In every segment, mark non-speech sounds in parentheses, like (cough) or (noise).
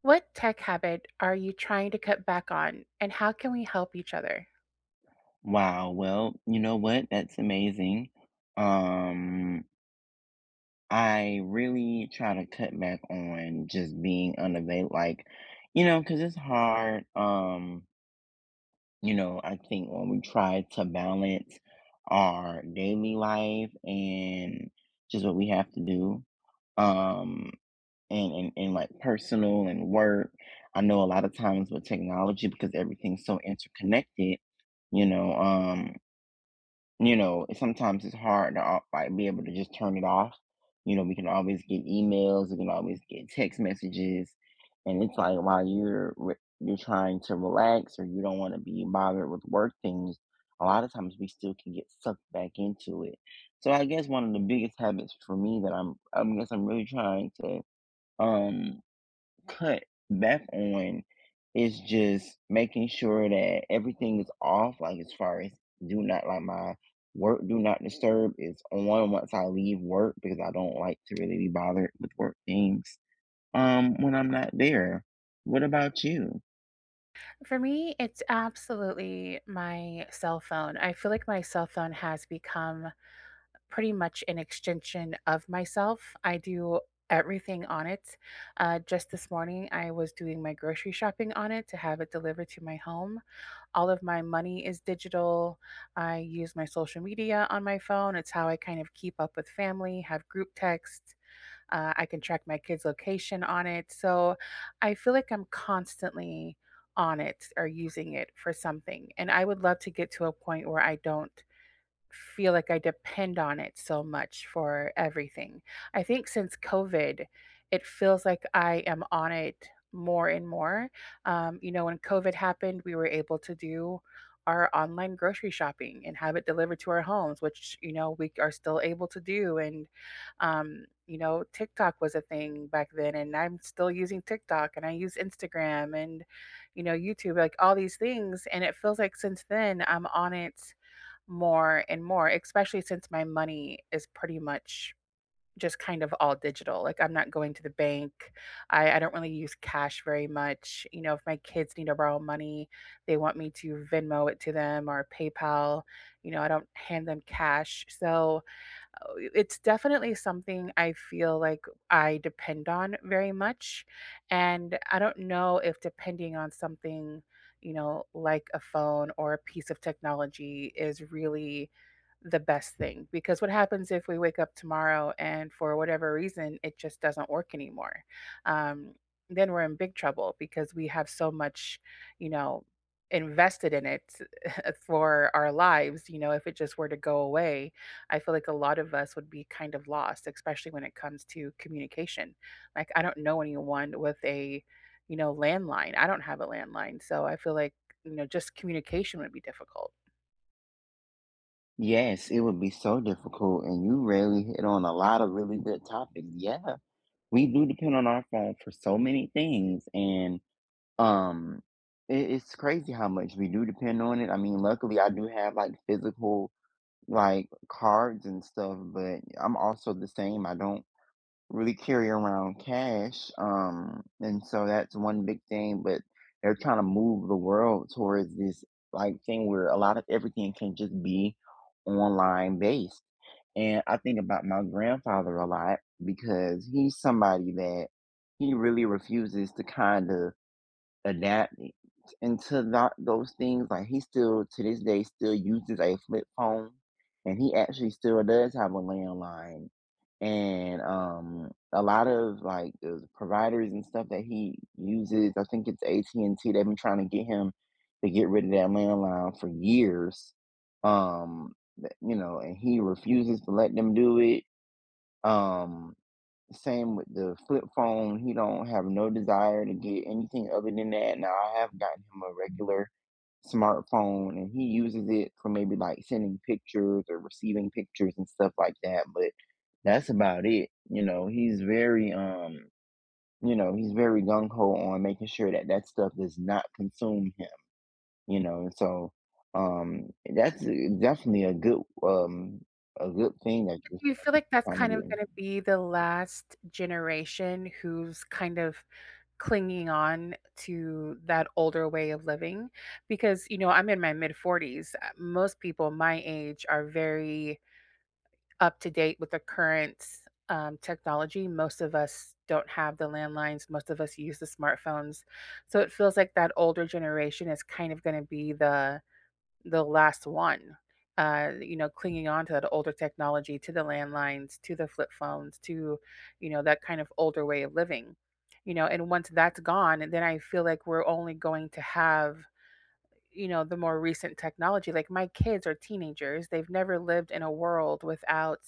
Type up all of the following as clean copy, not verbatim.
What tech habit are you trying to cut back on, and how can we help each other? Wow, well, you know what? That's amazing. Um, I really try to cut back on just being unavail like, you know, because it's hard. You know, I think when we try to balance our daily life and just what we have to do, um, and like personal and work, I know a lot of times with technology because everything's so interconnected, you know, um, you know, sometimes it's hard to, like, be able to just turn it off. You know, we can always get emails, we can always get text messages, and it's like while you're re you're trying to relax or you don't wanna be bothered with work things. A lot of times we still can get sucked back into it. So I guess one of the biggest habits for me that I'm I guess I'm really trying to, um cut back on is just making sure that everything is off, like as far as do not like my work do not disturb is on once I leave work because I don't like to really be bothered with work things when I'm not there. What about you? For me, it's absolutely my cell phone. I feel like my cell phone has become pretty much an extension of myself. I do everything on it. Just this morning, I was doing my grocery shopping on it to have it delivered to my home. All of my money is digital. I use my social media on my phone. It's how I kind of keep up with family, have group texts. I can track my kids' location on it. So I feel like I'm constantly on it or using it for something. And I would love to get to a point where I don't feel like I depend on it so much for everything. I think since COVID, it feels like I am on it more and more. You know, when COVID happened, we were able to do our online grocery shopping and have it delivered to our homes, which, you know, we are still able to do. And, you know, TikTok was a thing back then, and I'm still using TikTok and I use Instagram and, you know, YouTube, like all these things. And it feels like since then I'm on it more and more, especially since my money is pretty much just kind of all digital. Like I'm not going to the bank. I don't really use cash very much. You know, if my kids need to borrow money, they want me to Venmo it to them or PayPal. You know, I don't hand them cash. So it's definitely something I feel like I depend on very much. And I don't know if depending on something, you know, like a phone or a piece of technology is really the best thing. Because what happens if we wake up tomorrow and for whatever reason it just doesn't work anymore? Um, then we're in big trouble because we have so much, you know, invested in it (laughs) for our lives. You know, if it just were to go away, I feel like a lot of us would be kind of lost, especially when it comes to communication. Like, I don't know anyone with a, you know, landline. I don't have a landline. So I feel like, you know, just communication would be difficult. Yes, it would be so difficult and you really hit on a lot of really good topics. Yeah. We do depend on our phone for so many things. And Um, it's crazy how much we do depend on it. I mean, luckily I do have like physical like cards and stuff, but I'm also the same. I don't really carry around cash. And so that's one big thing, but they're trying to move the world towards this like thing where a lot of everything can just be online based. And I think about my grandfather a lot because he's somebody that he really refuses to kind of adapt into that, those things. Like he still to this day still uses a flip phone, and he actually still does have a landline. And a lot of like the providers and stuff that he uses, I think it's AT&T and T. They've been trying to get him to get rid of that landline for years. You know, and he refuses to let them do it. Um, same with the flip phone. He don't have no desire to get anything other than that. Now I have gotten him a regular smartphone and he uses it for maybe like sending pictures or receiving pictures and stuff like that, but that's about it. You know, he's very you know, he's very gung ho on making sure that that stuff does not consume him, you know. And so um that's definitely a good thing that Do you're you feel like that's trying kind to of do. going to be the last generation who's kind of clinging on to that older way of living? Because, you know, I'm in my mid 40s. Most people my age are very up to date with the current technology. Most of us don't have the landlines, most of us use the smartphones. So it feels like that older generation is kind of going to be the last one. You know, clinging on to that older technology, to the landlines, to the flip phones, to, you know, that kind of older way of living. You know, and once that's gone, then I feel like we're only going to have, you know, the more recent technology. Like my kids are teenagers. They've never lived in a world without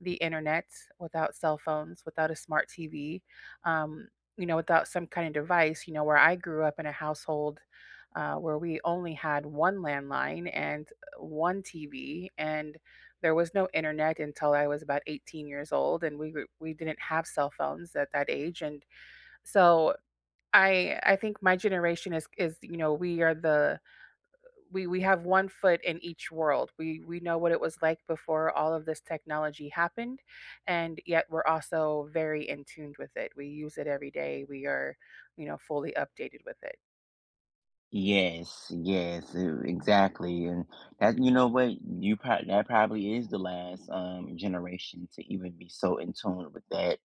the internet, without cell phones, without a smart TV, um, you know, without some kind of device. You know, where I grew up in a household where we only had one landline and one TV, and there was no internet until I was about 18 years old, and we didn't have cell phones at that age, and so I think my generation is, you know, we are the, we have one foot in each world. We know what it was like before all of this technology happened, and yet we're also very in tuned with it. We use it every day. We are, you know, fully updated with it. Yes, yes, e exactly, and that you know what? You prob that probably is the last, generation to even be so in tune with that,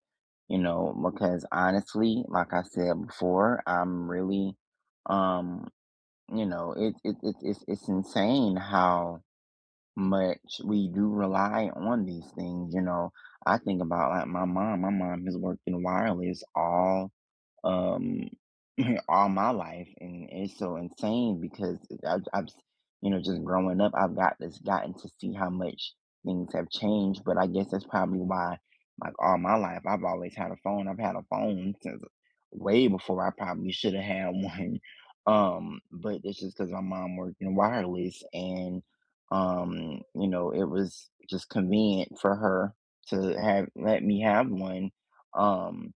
you know, because honestly, like I said before, I'm really, um, you know, it's insane how much we do rely on these things, you know? I think about, like, my mom. My mom has worked in wireless all um (laughs) (clears throat) all my life and it's so insane because I've, I've s- you know, just growing up, I've gotten to see how much things have changed, but I guess that's probably why, like, all my life I've always had a phone. I've had a phone since way before I probably should have had (laughs) one. But it's just because my mom worked in wireless, and you know, it was just convenient for her to have let me have one. um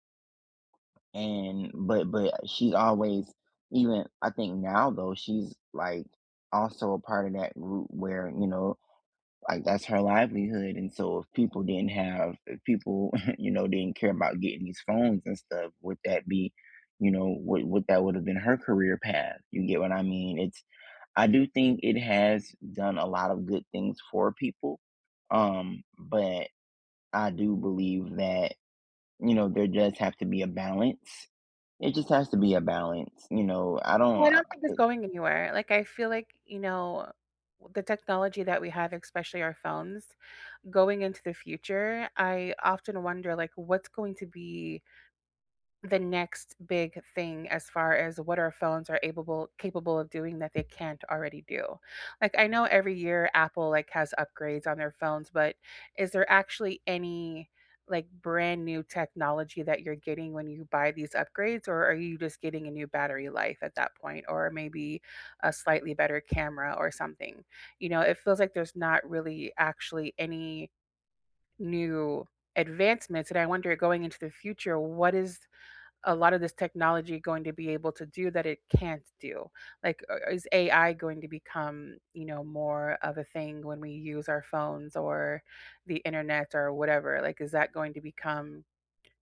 and but she's always, even I think now though, she's like also a part of that group where, you know, like that's her livelihood. And so if people didn't have, if people (laughs) you know, didn't care about getting these phones and stuff, would that be, you know, what that would have been her career path, you get what I mean? It's, I do think it has done a lot of good things for people, but I do believe that, you know, there does have to be a balance. It just has to be a balance, you know. I Well, don't I don't think it's going anywhere. Like I feel like, you know, the technology that we have, especially our phones, going into the future, I often wonder like what's going to be the next big thing as far as what our phones are able capable of doing that they can't already do. Like I know every year Apple like has upgrades on their phones, but is there actually any like brand new technology that you're getting when you buy these upgrades, or are you just getting a new battery life at that point, or maybe a slightly better camera or something? You know, it feels like there's not really actually any new advancements, and I wonder going into the future what is a lot of this technology going to be able to do that it can't do? Like, is AI going to become, you know, more of a thing when we use our phones or the internet or whatever? Like, is that going to become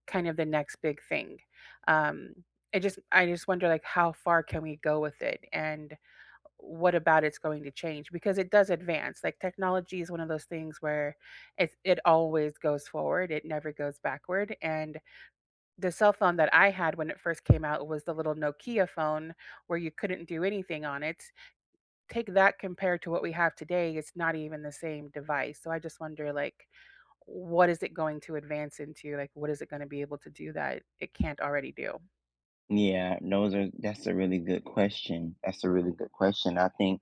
kind of the next big thing? Um, I just wonder, like, how far can we go with it, and what about it's going to change? Because it does advance. Like, technology is one of those things where it always goes forward; it never goes backward, and the cell phone that I had when it first came out was the little Nokia phone where you couldn't do anything on it. Take that compared to what we have today, it's not even the same device. So I just wonder, like, what is it going to advance into? Like, what is it going to be able to do that it can't already do? yeah, those are that's a really good question, that's a really good question. I think,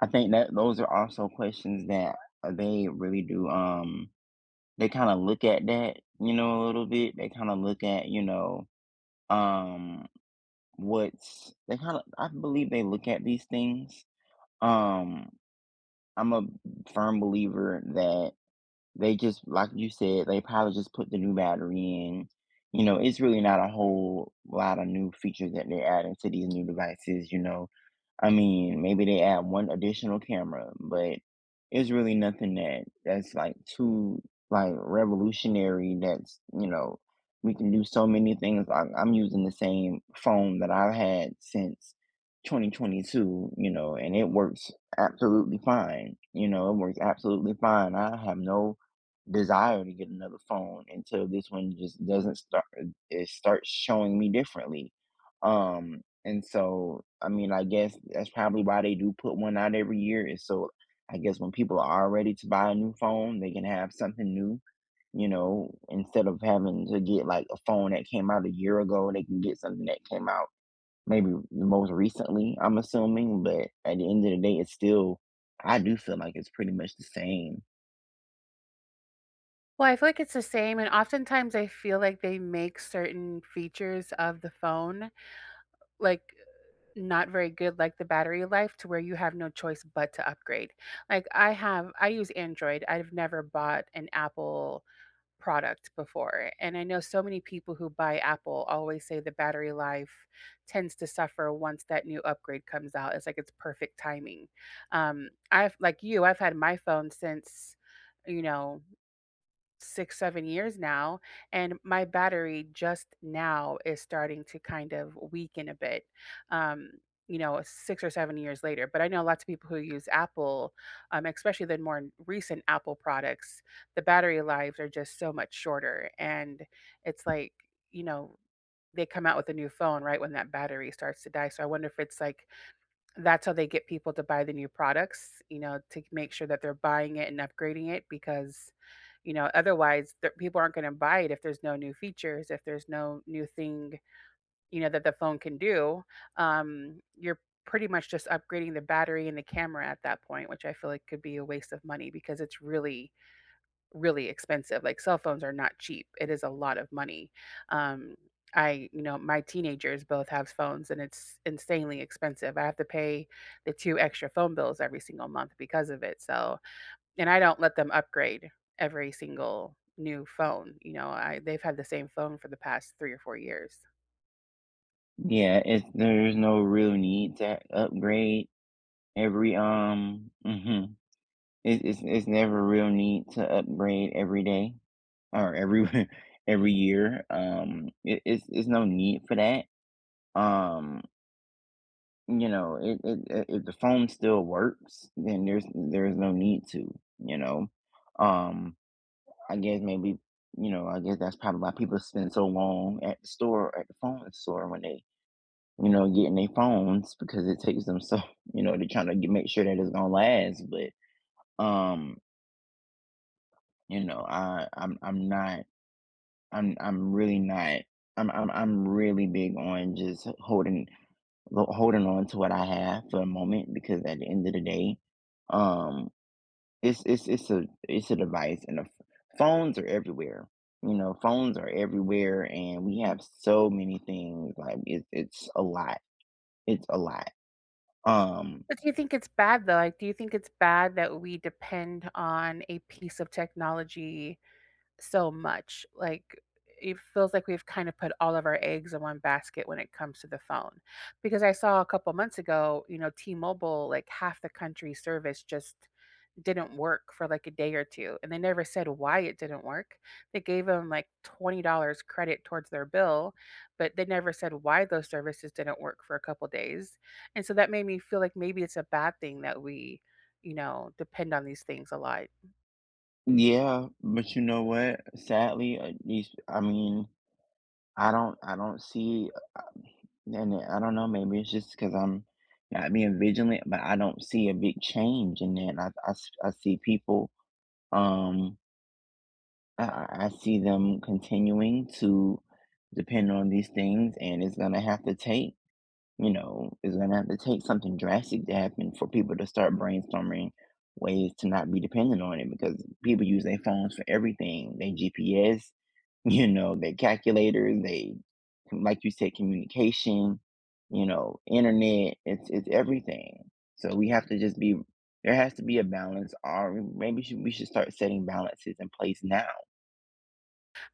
I think that those are also questions that, they really do, they kinda look at that, you know, a little bit. They kinda look at, you know, um, what's they kinda, I believe they look at these things, um, I'm a firm believer that they just, like you said, they probably just put the new battery in. You know, it's really not a whole lot of new features that they're adding to these new devices, you know. I mean, maybe they add one additional camera, but it's really nothing that that's like too like revolutionary. That's you know, we can do so many things. I'm using the same phone that I've had since 2022, you know, and it works absolutely fine. You know, it works absolutely fine. I have no desire to get another phone until this one just doesn't start. It starts showing me differently. Um, and so, I mean, I guess that's probably why they do put one out every year. Is so, I guess when people are ready to buy a new phone, they can have something new, you know, instead of having to get like a phone that came out a year ago, they can get something that came out maybe the most recently, I'm assuming. But at the end of the day, it's still, I do feel like it's pretty much the same. Well, I feel like it's the same. And oftentimes I feel like they make certain features of the phone like not very good, like the battery life, to where you have no choice but to upgrade. I use Android. I've never bought an Apple product before. And I know so many people who buy Apple always say the battery life tends to suffer once that new upgrade comes out. It's like it's perfect timing. I've, like you, I've had my phone since, you know, 6, 7 years now, and my battery just now is starting to kind of weaken a bit, um, you know, 6 or 7 years later. But I know lots of people who use Apple, especially the more recent Apple products, the battery lives are just so much shorter. And it's like, you know, they come out with a new phone right when that battery starts to die. So I wonder if it's like that's how they get people to buy the new products, you know, to make sure that they're buying it and upgrading it because, you know, otherwise the people aren't going to buy it if there's no new features, if there's no new thing, you know, that the phone can do. You're pretty much just upgrading the battery and the camera at that point, which I feel like could be a waste of money because it's really really expensive. Like cell phones are not cheap. It is a lot of money. Um, you know, my teenagers both have phones and it's insanely expensive. I have to pay the two extra phone bills every single month because of it. So, and I don't let them upgrade every single new phone. You know, I they've had the same phone for the past 3 or 4 years. Yeah, there's no real need to upgrade every it's never real need to upgrade every day or every (laughs) every year. It's no need for that. Um, you know, it if the phone still works, then there's no need to. You know, um, I guess maybe, you know, I guess that's probably why people spend so long at the store, at the phone store when they, you know, getting their phones, because it takes them so (laughs) you know, they're trying to get, make sure that it's gonna last. But um, you know, I'm not, I'm really not. I'm really big on just holding holding on to what I have for a moment, because at the end of the day, um, it's it's a, it's a device, and the phones are everywhere. You know, phones are everywhere, and we have so many things. Like it, it's a lot. It's a lot. Um, But do you think it's bad though? Like, do you think it's bad that we depend on a piece of technology so much? Like it feels like we've kind of put all of our eggs in one basket when it comes to the phone. Because I saw a couple months ago, you know, T-Mobile, like half the country service just didn't work for like a day or two. And they never said why it didn't work. They gave them like $20 credit towards their bill, but they never said why those services didn't work for a couple days. And so that made me feel like maybe it's a bad thing that we, you know, depend on these things a lot. yeah, but you know what? Sadly, at least I mean, I don't see, um, and I don't know, maybe it's just because 'cause I'm not being vigilant, but I don't see a big change in that. I see people, um, I see them continuing to depend on these things, and it's gonna have to take, you know, it's gonna have to take something drastic to happen for people to start brainstorming ways to not be dependent on it, because people use their phones for everything. They GPS, (laughs) you know, their calculators, they, like you said, communication, you know, internet, it's everything. So we have to just be, there has to be a balance. Or maybe we should start setting balances in place now.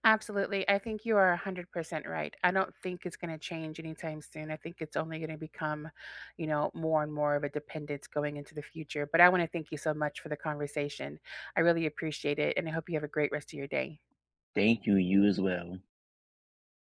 Absolutely. I think you are 100% right. I don't think it's going to change anytime soon. I think it's only going to become, you know, more and more of a dependence going into the future. But I want to thank you so much for the conversation. I really appreciate it. And I hope you have a great rest of your day. Thank you, you as well.